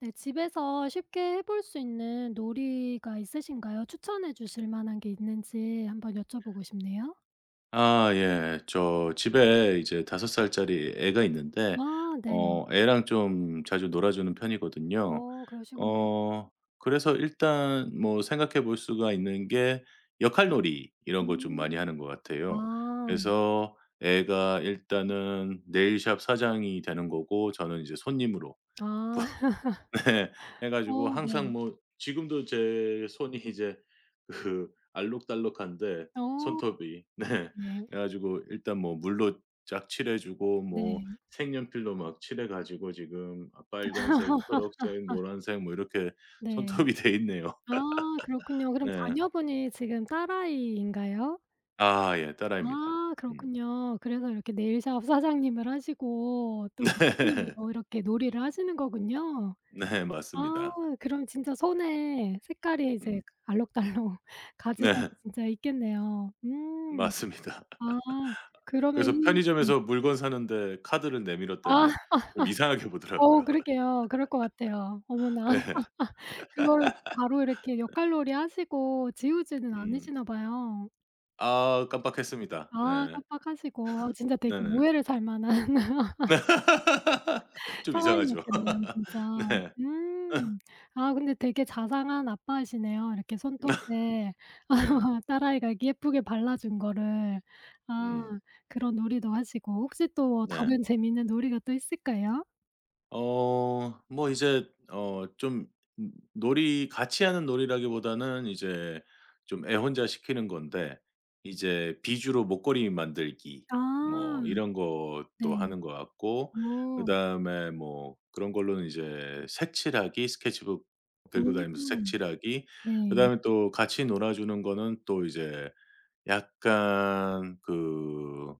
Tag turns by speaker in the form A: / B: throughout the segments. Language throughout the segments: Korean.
A: 네. 집에서 쉽게 해볼 수 있는 놀이가 있으신가요? 추천해 주실 만한 게 있는지 한번 여쭤보고 싶네요.
B: 아 예. 저 집에 이제 다섯 살짜리 애가 있는데
A: 아 네.
B: 애랑 좀 자주 놀아 주는 편이거든요.
A: 그러시군요.
B: 어 그래서 일단 뭐 생각해 볼 수가 있는 게 역할놀이 이런 거 좀
A: 음.
B: 많이 하는 것 같아요.
A: 아.
B: 그래서 애가 일단은 네일샵 사장이 되는 거고 저는 이제 손님으로.
A: 아.
B: 네. 해 가지고
A: 어 네.
B: 항상 뭐 지금도 제 손이 이제 그 알록달록한데
A: 어
B: 손톱이. 네.
A: 네.
B: 그래 가지고 일단 뭐 물로 쫙 칠해 주고 뭐
A: 네.
B: 색연필로 막 칠해 가지고 지금 아 빨간색, 초록색, 노란색 뭐 이렇게
A: 네.
B: 손톱이 돼 있네요.
A: 아 그렇군요. 그럼
B: 네.
A: 자녀분이 지금 딸아이인가요?
B: 아 예. 딸아입니다.
A: 아
B: 음.
A: 그렇군요. 그래서 이렇게 네일샵 사장님을 하시고 또 손님으로 이렇게 놀이를 하시는 거군요.
B: 네. 네.
A: 아
B: 맞습니다.
A: 그럼 진짜 손에 색깔이 이제
B: 음.
A: 알록달록
B: 네.
A: 가지가지 진짜 있겠네요. 음.
B: 맞습니다.
A: 아 그러면
B: 그래서
A: 이
B: 편의점에서 물건 사는데 카드를
A: 아
B: 내밀었더니 좀 이상하게 보더라고요.
A: 그러게요. 그럴 것 같아요. 어머나.
B: 예.
A: 그거를 바로 이렇게 역할놀이 하시고 지우지는
B: 음.
A: 않으시나 봐요.
B: 아 깜빡했습니다.
A: 아
B: 네.
A: 깜빡하시고. 아 진짜 되게
B: 네네.
A: 모해를 살 만한.
B: 좀 이상하죠.
A: 상황이었겠네요 진짜.
B: 네.
A: 음. 아 근데 되게 자상한 아빠시네요. 이렇게 손톱에
B: 네.
A: 딸아이가 이렇게 예쁘게 발라준 거를 아
B: 음.
A: 그런 놀이도 하시고 혹시 또 뭐
B: 네.
A: 다른 재미있는 놀이가 또 있을까요?
B: 좀 놀이 같이 하는 놀이라기보다는 이제 좀 애혼자 시키는 건데 이제 비주로 목걸이 만들기
A: 아
B: 뭐 이런 것도
A: 네.
B: 하는 것 같고.
A: 어.
B: 그다음에 뭐 그런 걸로는 이제 색칠하기 스케치북 들고 다니면서
A: 음.
B: 색칠하기.
A: 네.
B: 그다음에 또 같이 놀아 주는 거는 또 이제 약간 그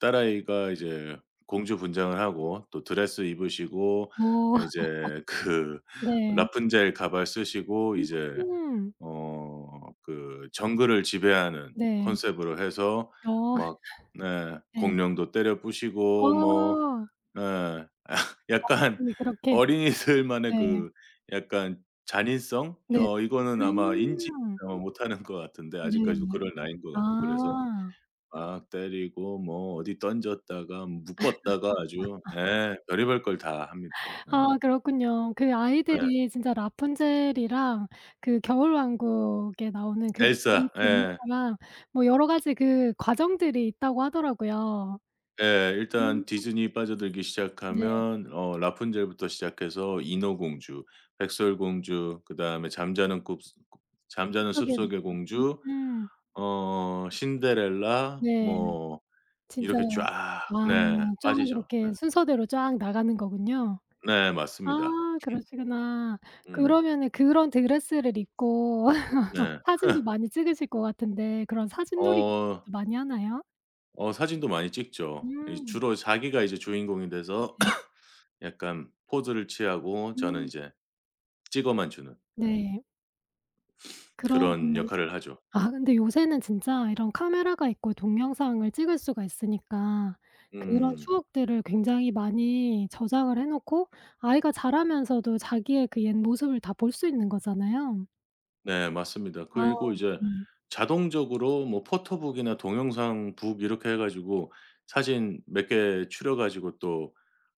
B: 딸아이가 이제 공주 분장을 하고 또 드레스 입으시고
A: 어
B: 이제 그
A: 네.
B: 라푼젤 가발 쓰시고 이제
A: 음.
B: 어 그 정글을 지배하는
A: 네.
B: 컨셉으로 해서
A: 어
B: 막 네
A: 네.
B: 공룡도 때려 부시고 뭐
A: 어.
B: 예 약간
A: 선생님이 그렇게
B: 어린이들만의
A: 네.
B: 그 약간 잔인성?
A: 네.
B: 이거는 아마 인지
A: 음.
B: 못하는 것 같은데
A: 네.
B: 아직까지도 그럴 나이인 것 같고. 그래서
A: 아.
B: 막 때리고 뭐 어디 던졌다가 묶었다가 아주 예 별의별 걸 다 합니다. 네.
A: 아 그렇군요. 그
B: 네.
A: 아이들이 진짜 라푼젤이랑 그 겨울왕국에 나오는 그 그리스
B: 엘사. 예.
A: 인사랑 뭐 여러 가지 그 과정들이 있다고 하더라고요.
B: 예. 일단
A: 음.
B: 디즈니 빠져들기
A: 네.
B: 시작하면 라푼젤부터 시작해서 인어공주, 백설공주, 그다음에 잠자는
A: 숲속의
B: 숲속의 공주,
A: 미녀. 음.
B: 신데렐라
A: 네.
B: 뭐
A: 진짜
B: 이렇게 쫙
A: 아
B: 네
A: 쫙
B: 빠지죠. 네.
A: 이렇게 순서대로 쫙 나가는 거군요.
B: 네 맞습니다.
A: 아 그러시구나.
B: 음.
A: 그러면은 그런 드레스를 입고
B: 네.
A: 사진도 많이 찍으실 것 같은데 그런 사진놀이 같은
B: 어
A: 것도 많이 하나요?
B: 사진도 많이 찍죠. 이
A: 음.
B: 주로 자기가 이제 주인공이 돼서
A: 네.
B: 약간 포즈를 취하고 저는
A: 음.
B: 이제 찍어만 주는 네
A: 네. 그런
B: 그런
A: 거
B: 역할을 하죠.
A: 아 근데 요새는 진짜 이런 카메라가 있고 동영상을 찍을 수가 있으니까 그런
B: 음.
A: 추억들을 굉장히 많이 저장을 해 놓고 아이가 자라면서도 자기의 그 옛 모습을 다 볼 수 있는 거잖아요.
B: 네 맞습니다.
A: 아
B: 그리고 이제
A: 네.
B: 자동적으로 뭐 포토북이나 동영상북 이렇게 해 가지고 사진 몇 개 추려 가지고 또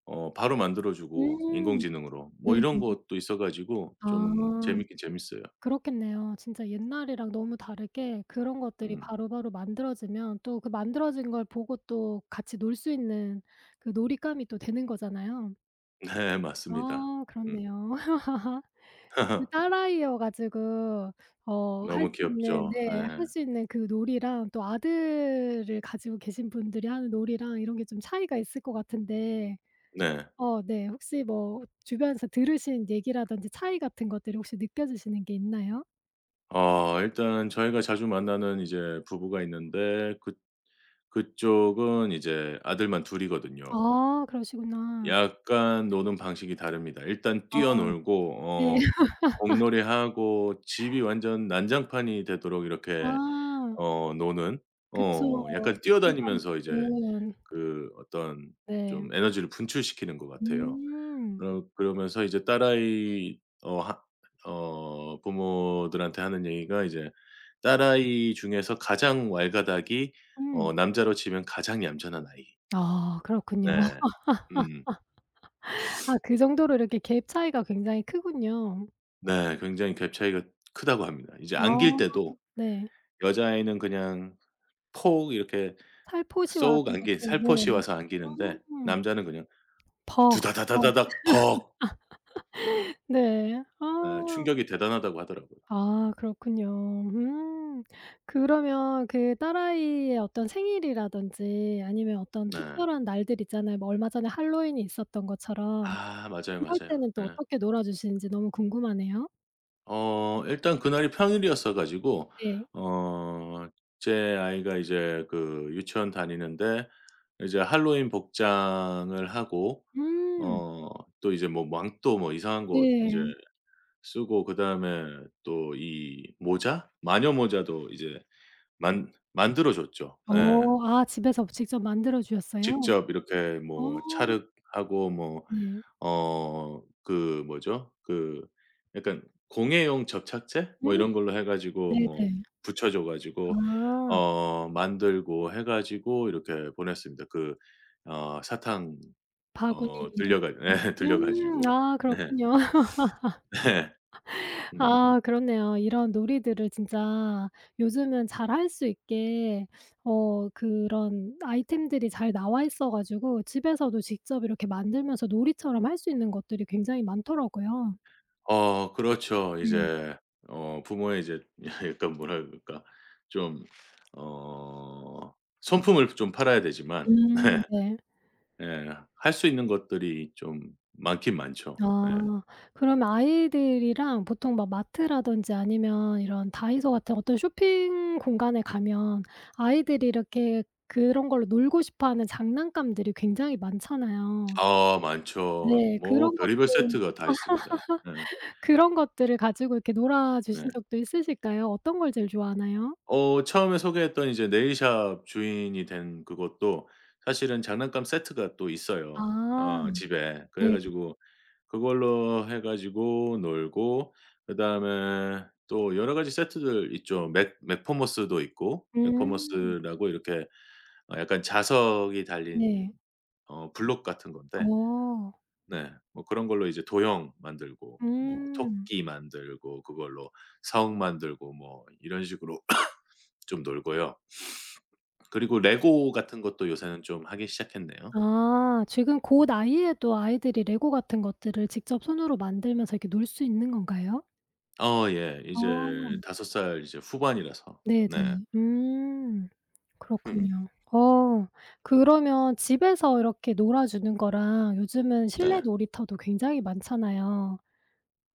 B: 바로 만들어 주고
A: 음.
B: 인공지능으로 뭐
A: 네.
B: 이런 것도 있어 가지고 좀
A: 아
B: 재밌긴 재밌어요.
A: 그렇겠네요. 진짜 옛날이랑 너무 다르게 그런 것들이
B: 음.
A: 바로바로 만들어지면 또 그 만들어진 걸 보고 또 같이 놀 수 있는 그 놀잇감이 또 되는 거잖아요.
B: 네 맞습니다.
A: 아
B: 음.
A: 그렇네요. 그 딸아이여 가지고
B: 너무 귀엽죠.
A: 할
B: 네.
A: 수 있는 그 놀이랑 또 아들을 가지고 계신 분들이 하는 놀이랑 이런 게 좀 차이가 있을 것 같은데
B: 네.
A: 네 혹시 뭐 주변에서 들으신 얘기라든지 차이 같은 것들이 혹시 느껴지시는 게 있나요?
B: 일단 저희가 자주 만나는 이제 부부가 있는데 그 그쪽은 이제 아들만 둘 이거든요.
A: 아 그러시구나.
B: 약간 노는 방식이 다릅니다. 일단
A: 아
B: 뛰어 놀고
A: 네.
B: 공놀이하고 집이 완전 난장판이 되도록 이렇게
A: 아
B: 어 노는
A: 그쵸.
B: 어 약간
A: 이게 남자인
B: 뛰어다니면서 이제
A: 둘은
B: 그 어떤
A: 네.
B: 좀 에너지를 분출시키는 것 같아요.
A: 음.
B: 그러면서 이제 딸아이 어 하 어 부모들한테 하는 얘기가 이제 딸아이 중에서 가장 왈가닥이
A: 음.
B: 남자로 치면 가장 얌전한 아이.
A: 아 그렇군요.
B: 네. 음.
A: 아 그 정도로 이렇게 갭 차이가 굉장히 크군요.
B: 네. 굉장히 갭 차이가 크다고 합니다. 이제
A: 아.
B: 안길 때도
A: 네.
B: 여자아이는 그냥 폭 이렇게
A: 살포시 와서
B: 쏙 안기
A: 이렇게
B: 살포시
A: 네.
B: 와서 안기는데
A: 음.
B: 남자는 그냥
A: 벅. 벅.
B: 두다다다다닥 벅.
A: 네.
B: 예
A: 아.
B: 충격이 대단하다고 하더라고요.
A: 아 그렇군요. 음. 그러면 그 딸아이의 어떤 생일이라든지 아니면 어떤
B: 네.
A: 특별한 날들 있잖아요. 뭐 얼마 전에 할로윈이 있었던 것처럼
B: 아 맞아요,
A: 그럴
B: 맞아요.
A: 때는 또
B: 네
A: 어떻게 놀아 주시는지 너무 궁금하네요.
B: 일단 그날이 평일이었어 가지고
A: 네.
B: 어 제 아이가 이제 그 유치원 다니는데 이제 할로윈 복장을 하고
A: 음.
B: 어 또 이제 뭐 망토 뭐 이상한 거 이제
A: 네.
B: 쓰고 그다음에 또 이 모자? 마녀 모자도 이제 만 만들어 줬죠. 예.
A: 집에서 직접 만들어 주셨어요?
B: 직접 이렇게
A: 어.
B: 뭐 찰흙하고 뭐
A: 네.
B: 그 뭐죠? 그 약간 공예용 접착제 뭐
A: 음
B: 이런 걸로 해 가지고 뭐
A: 네네.
B: 붙여 줘 가지고
A: 아
B: 만들고 해 가지고 이렇게 보냈습니다. 그 어 사탕
A: 바구니 이렇게
B: 들려 가 예 들려 가지고.
A: 아
B: 네.
A: 그렇군요.
B: 네. 음.
A: 아 그렇네요. 이런 놀이들을 진짜 요즘은 잘 할 수 있게 그런 아이템들이 잘 나와 있어 가지고 집에서도 직접 이렇게 만들면서 놀이처럼 할 수 있는 것들이 굉장히 많더라고요.
B: 그렇죠.
A: 네.
B: 이제 부모의 이제 약간 뭐라 그럴까? 좀 어 손품을 좀 팔아야 되지만 네.
A: 네.
B: 예. 할 수 있는 것들이 좀 많긴 많죠. 예.
A: 아. 그러면 아이들이랑 보통 막 마트라든지 아니면 이런 다이소 같은 어떤 쇼핑 공간에 가면 아이들이 이렇게 그런 걸로 놀고 싶어 하는 장난감들이 굉장히 많잖아요.
B: 아 많죠.
A: 네.
B: 뭐 별의별 세트가 다 있습니다. 예.
A: 그런 것들을 가지고 이렇게 놀아
B: 네.
A: 주신 적도 있으실까요? 어떤 걸 제일 좋아하나요?
B: 처음에 소개했던 이제 네일샵 주인이 된 그것도 사실은 장난감 세트가 또 있어요,
A: 아
B: 집에. 그래
A: 네.
B: 가지고 그걸로 해 가지고 놀고 그다음에 또 여러 가지 세트들 있죠. 맥 맥퍼머스도 있고
A: 음.
B: 맥퍼머스라고 이렇게 약간 자석이 달린
A: 네.
B: 블록 같은 건데
A: 어.
B: 네. 뭐 그런 걸로 이제 도형 만들고 뭐
A: 음.
B: 토끼 만들고 그걸로 성 만들고 뭐 이런 식으로 좀 놀고요. 그리고 레고 같은 것도 요새는 좀 하기 시작했네요.
A: 아 지금 고 나이에도 아이들이 레고 같은 것들을 직접 손으로 만들면서 이렇게 놀 수 있는 건가요?
B: 어 예. 이제
A: 어.
B: 다섯 살 이제 후반이라서.
A: 네네.
B: 네.
A: 음
B: 음.
A: 그렇군요. 어 그러면 집에서 이렇게 놀아 주는 거랑 요즘은 실내
B: 네.
A: 놀이터도 굉장히 많잖아요.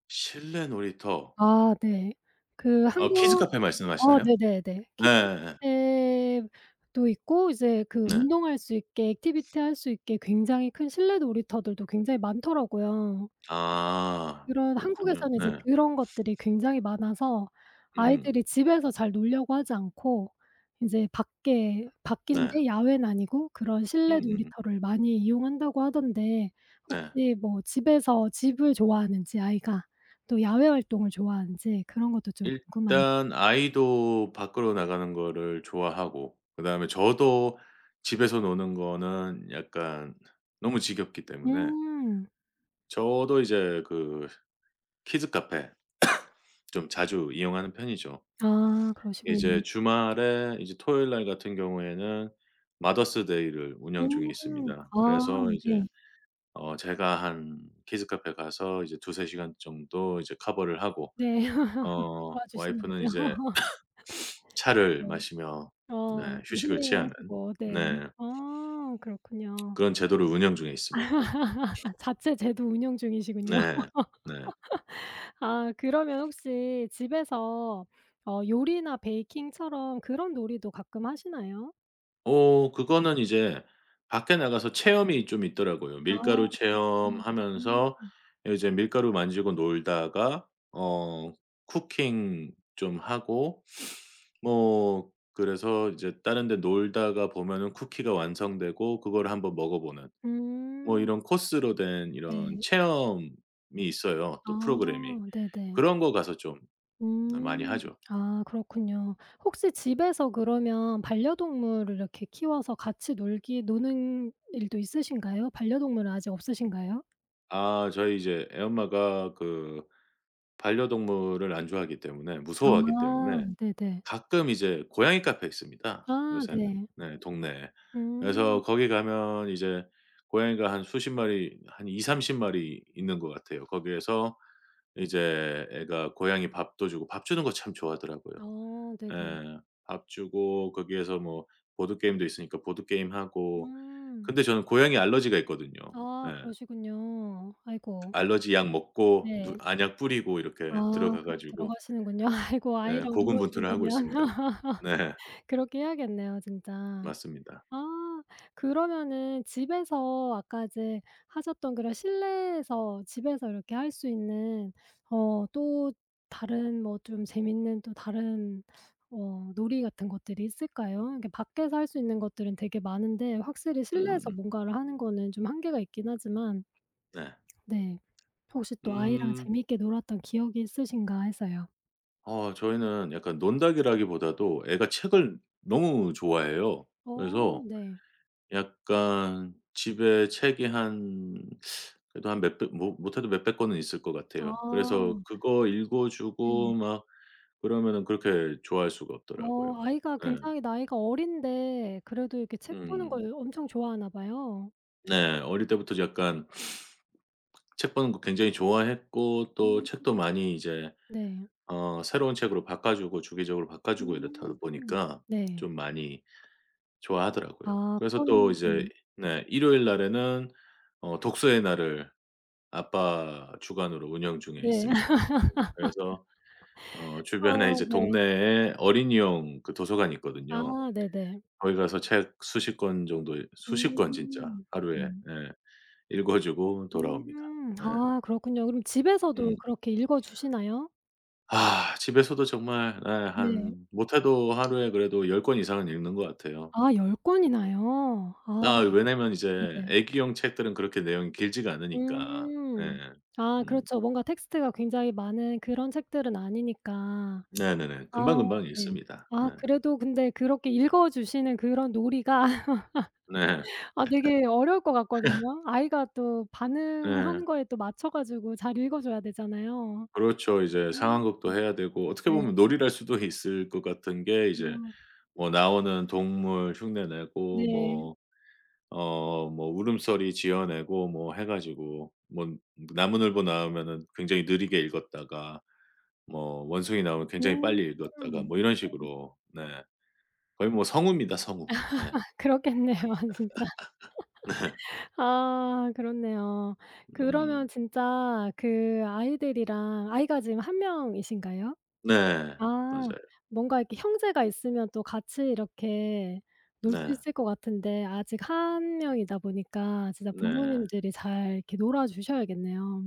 B: 실내 놀이터.
A: 아 네. 그
B: 키즈
A: 한국
B: 카페 말씀하시나요?
A: 네네네.
B: 네예예.
A: 키즈카페도 있고 이제 그
B: 네. 네.
A: 운동할 수 있게 액티비티 할 수 있게 굉장히 큰 실내 놀이터들도 굉장히 많더라고요.
B: 아
A: 그런
B: 그렇군요.
A: 한국에서는 이제
B: 네.
A: 그런 것들이 굉장히 많아서
B: 음.
A: 아이들이 집에서 잘 놀려고 하지 않고 인제 밖에
B: 네.
A: 밖인데 야외는 아니고 그런 실내
B: 음음음.
A: 놀이터를 많이 이용한다고 하던데
B: 네.
A: 혹시 뭐 집에서 집을 좋아하는지 아이가 또 야외 활동을 좋아하는지 그런 것도 좀 궁금한
B: 일단 아이도 밖으로 나가는 거를 좋아하고 그다음에 저도 집에서 노는 거는 약간 너무 지겹기 때문에
A: 음.
B: 저도 이제 그 키즈 카페 좀 자주 이용하는 편이죠.
A: 아
B: 이제
A: 그러시군요.
B: 주말에 이제 토요일 날 같은 경우에는 마더스 데이를 운영 중에
A: 음.
B: 있습니다.
A: 아
B: 그래서 이제
A: 네.
B: 제가 한 키즈 카페 가서 이제 두세 시간 정도 이제 커버를 하고
A: 네.
B: 와이프는
A: 도와주시는군요.
B: 이제 차를
A: 네.
B: 마시며 네
A: 좀
B: 휴식을
A: 힐링을
B: 취하는
A: 하시고 네.
B: 네
A: 아 그렇군요.
B: 그런 제도를 운영 중에 있습니다.
A: 자체 제도 운영 중이시군요.
B: 네. 네.
A: 아 그러면 혹시 집에서 요리나 베이킹처럼 그런 놀이도 가끔 하시나요?
B: 그거는 이제 밖에 나가서 체험이 좀 있더라고요.
A: 아
B: 밀가루
A: 음. 음.
B: 체험하면서 이제 밀가루 만지고 놀다가 어 쿠킹 좀 하고 뭐 그래서 이제 다른 데 놀다가 보면은 쿠키가 완성되고 그걸 한번 먹어보는 뭐
A: 음.
B: 이런 코스로 된 이런
A: 네.
B: 체험이 있어요,
A: 아
B: 또 프로그램이.
A: 네네.
B: 그런 거 가서 좀 많이
A: 음.
B: 하죠.
A: 아 그렇군요. 혹시 집에서 그러면 반려동물을 이렇게 키워서 같이 놀기 노는 일도 있으신가요? 반려동물은 아직 없으신가요?
B: 아 저희 이제 애엄마가 그 반려동물을 안 좋아하기 때문에 무서워하기
A: 아
B: 때문에
A: 네네.
B: 가끔 이제 고양이 카페 있습니다
A: 아
B: 요새는.
A: 네.
B: 네 동네에.
A: 음.
B: 그래서 거기 가면 이제 고양이가 한 수십 마리 한2삼3 0 마리 있는 것 같아요. 거기에서 이제 애가 고양이 밥도 주고 밥 주는 거 참 좋아하더라고요.
A: 아
B: 예.
A: 네네.
B: 밥 주고 거기에서 뭐 보드게임도 있으니까 보드게임 하고
A: 음.
B: 근데 저는 고양이 알러지가 있거든요. 예.
A: 아 그러시군요. 아이고.
B: 알러지 약 먹고
A: 네.
B: 누 안약 뿌리고 이렇게
A: 아
B: 들어가
A: 그렇게
B: 가지고
A: 들어가시는군요. 아이고
B: 네
A: 아이랑 놀아
B: 고군분투를 하고
A: 주려면
B: 있습니다. 네.
A: 그렇게 해야겠네요 진짜.
B: 맞습니다.
A: 아 그러면은 집에서 아까 이제 하셨던 그런 실내에서 집에서 이렇게 할 수 있는 또 다른 뭐 좀 재밌는 또 다른 놀이 같은 것들이 있을까요? 이렇게 밖에서 할 수 있는 것들은 되게 많은데 확실히 실내에서
B: 음음음.
A: 뭔가를 하는 거는 좀 한계가 있긴 하지만
B: 네.
A: 네. 혹시 또 아이랑
B: 음.
A: 재미있게 놀았던 기억이 있으신가 해서요.
B: 저희는 약간 논다이라기보다도 애가 책을 너무 좋아해요.
A: 어
B: 그래서
A: 네.
B: 약간 집에 책이 한 그래도 한 몇백 뭐 못해도 몇백 권은 있을 것 같아요.
A: 아
B: 그래서 그거 읽어 주고
A: 네.
B: 막 그러면은 그렇게 좋아할 수가 없더라고요.
A: 아이가
B: 네.
A: 굉장히 나이가 어린데 그래도 이렇게 책 보는
B: 음.
A: 걸 엄청 좋아하나 봐요.
B: 네. 어릴 때부터 약간 책 보는 거 굉장히 좋아했고 또
A: 음
B: 책도 많이 이제
A: 네.
B: 새로운 책으로 바꿔 주고 주기적으로 바꿔 주고 이렇다
A: 음
B: 보니까
A: 네.
B: 좀 많이 좋아하더라고요.
A: 아
B: 그래서 또
A: 그러면 네.
B: 이제 네 일요일 날에는 독서의 날을 아빠 주관으로 운영 중에
A: 네.
B: 있습니다. 그래서
A: 아
B: 주변에 이제
A: 네.
B: 동네에 어린이용 그 도서관이 있거든요.
A: 아 네네.
B: 거기 가서 책 수십권 정도 수십
A: 음.
B: 권 진짜 하루에
A: 음.
B: 예 읽어 주고
A: 음.
B: 돌아옵니다. 예.
A: 아 그렇군요. 그럼 집에서도
B: 음.
A: 그렇게 읽어 주시나요?
B: 아 집에서도 정말 예
A: 네.
B: 한 못해도 하루에 그래도 10권 이상은 읽는 것 같아요.
A: 아 열 권이나요? 아
B: 아 왜냐면 이제
A: 네네.
B: 애기용 책들은 그렇게 내용이 길지가 않으니까.
A: 음.
B: 예.
A: 아
B: 음.
A: 그렇죠. 뭔가 텍스트가 굉장히 많은 그런 책들은 아니니까.
B: 네네네.
A: 아
B: 금방금방
A: 네.
B: 읽습니다.
A: 아
B: 예.
A: 그래도 근데 그렇게 읽어 주시는 그런 놀이가
B: 네.
A: 아 되게 어려울 것 같거든요. 아이가 또
B: 네.
A: 반응하는 거에 또 맞춰 가지고 잘 읽어 줘야 되잖아요.
B: 그렇죠. 이제
A: 음.
B: 상황극도 해야 되고 어떻게
A: 네.
B: 보면 놀이랄 수도 있을 것 같은 게 이제
A: 어
B: 뭐 나오는 동물 흉내 내고
A: 네.
B: 뭐 뭐 울음소리 지어내고 뭐 해 가지고 뭐 나무늘보 나오면은 굉장히 느리게 읽었다가 뭐 원숭이 나오면 굉장히
A: 음.
B: 빨리 읽었다가 뭐 이런 식으로 네. 거의 뭐 성우입니다, 성우. 네.
A: 그렇겠네요 진짜.
B: 네.
A: 아 그렇네요. 그러면
B: 음.
A: 진짜 그 아이들이랑 아이가 지금 한 명이신가요?
B: 네.
A: 아.
B: 맞아요.
A: 뭔가 이렇게 형제가 있으면 또 같이 이렇게 놀 수
B: 네.
A: 있을 것 같은데 아직 한 명이다 보니까 진짜
B: 네.
A: 부모님들이 잘 이렇게 놀아 주셔야겠네요.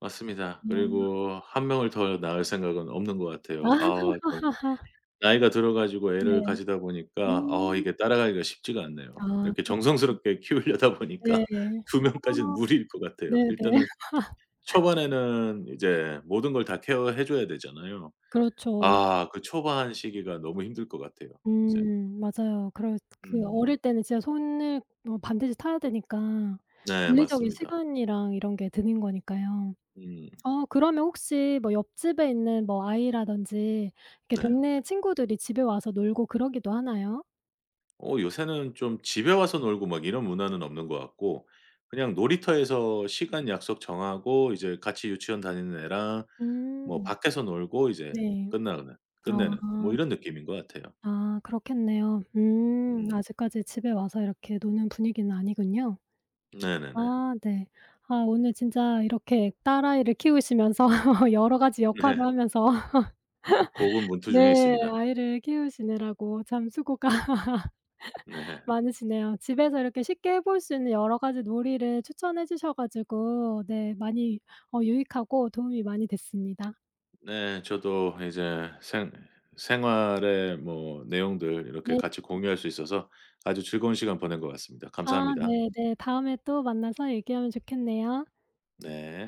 B: 맞습니다.
A: 음.
B: 그리고 한 명을 더 낳을 생각은 없는 것 같아요. 아 좀 나이가 들어 가지고 애를
A: 네.
B: 가지다 보니까 아
A: 음.
B: 이게 따라가기가 쉽지가
A: 아
B: 않네요. 이렇게
A: 그렇겠네요.
B: 정성스럽게 키우려다
A: 네.
B: 보니까 두 명까지는
A: 어
B: 무리일 것 같아요.
A: 네네.
B: 일단은 초반에는 이제 모든 걸 다 케어해 줘야 되잖아요.
A: 그렇죠.
B: 아 그 초반 시기가 너무 힘들 것 같아요 이제.
A: 맞아요. 그럴 그
B: 음
A: 어릴 때는 진짜 손을 뭐 반드시 타야 되니까
B: 네
A: 물리적인
B: 맞습니다.
A: 시간이랑 이런 게 드는 거니까요.
B: 음
A: 그러면 혹시 뭐 옆집에 있는 뭐 아이라든지 이렇게 네.
B: 네.
A: 동네 친구들이 집에 와서 놀고 그러기도 하나요?
B: 요새는 좀 집에 와서 놀고 막 이런 문화는 없는 것 같고 그냥 놀이터에서 시간 약속 정하고 이제 같이 유치원 다니는 애랑 뭐
A: 음.
B: 밖에서 놀고 이제
A: 네. 네.
B: 끝나는
A: 아.
B: 끝내는 뭐 이런 느낌인 것 같아요.
A: 아 그렇겠네요.
B: 음
A: 아직까지 집에 와서 이렇게 노는 분위기는 아니군요.
B: 네네네.
A: 아 네. 아 오늘 진짜 이렇게 딸아이를 키우시면서 여러 가지 역할을
B: 네.
A: 하면서
B: 고군분투 중에
A: 네
B: 있습니다.
A: 아이를 키우시느라고 참 수고가
B: 네.
A: 많으시네요. 집에서 이렇게 쉽게 해볼 수 있는 여러 가지 놀이를 추천해 주셔 가지고 네 많이 유익하고 도움이 많이 됐습니다.
B: 네. 저도 이제 생 생활의 뭐 내용들 이렇게
A: 네.
B: 같이 공유할 수 있어서 아주 즐거운 시간 보낸 것 같습니다.
A: 아
B: 감사합니다.
A: 네네. 다음에 또 만나서 얘기하면 좋겠네요.
B: 네.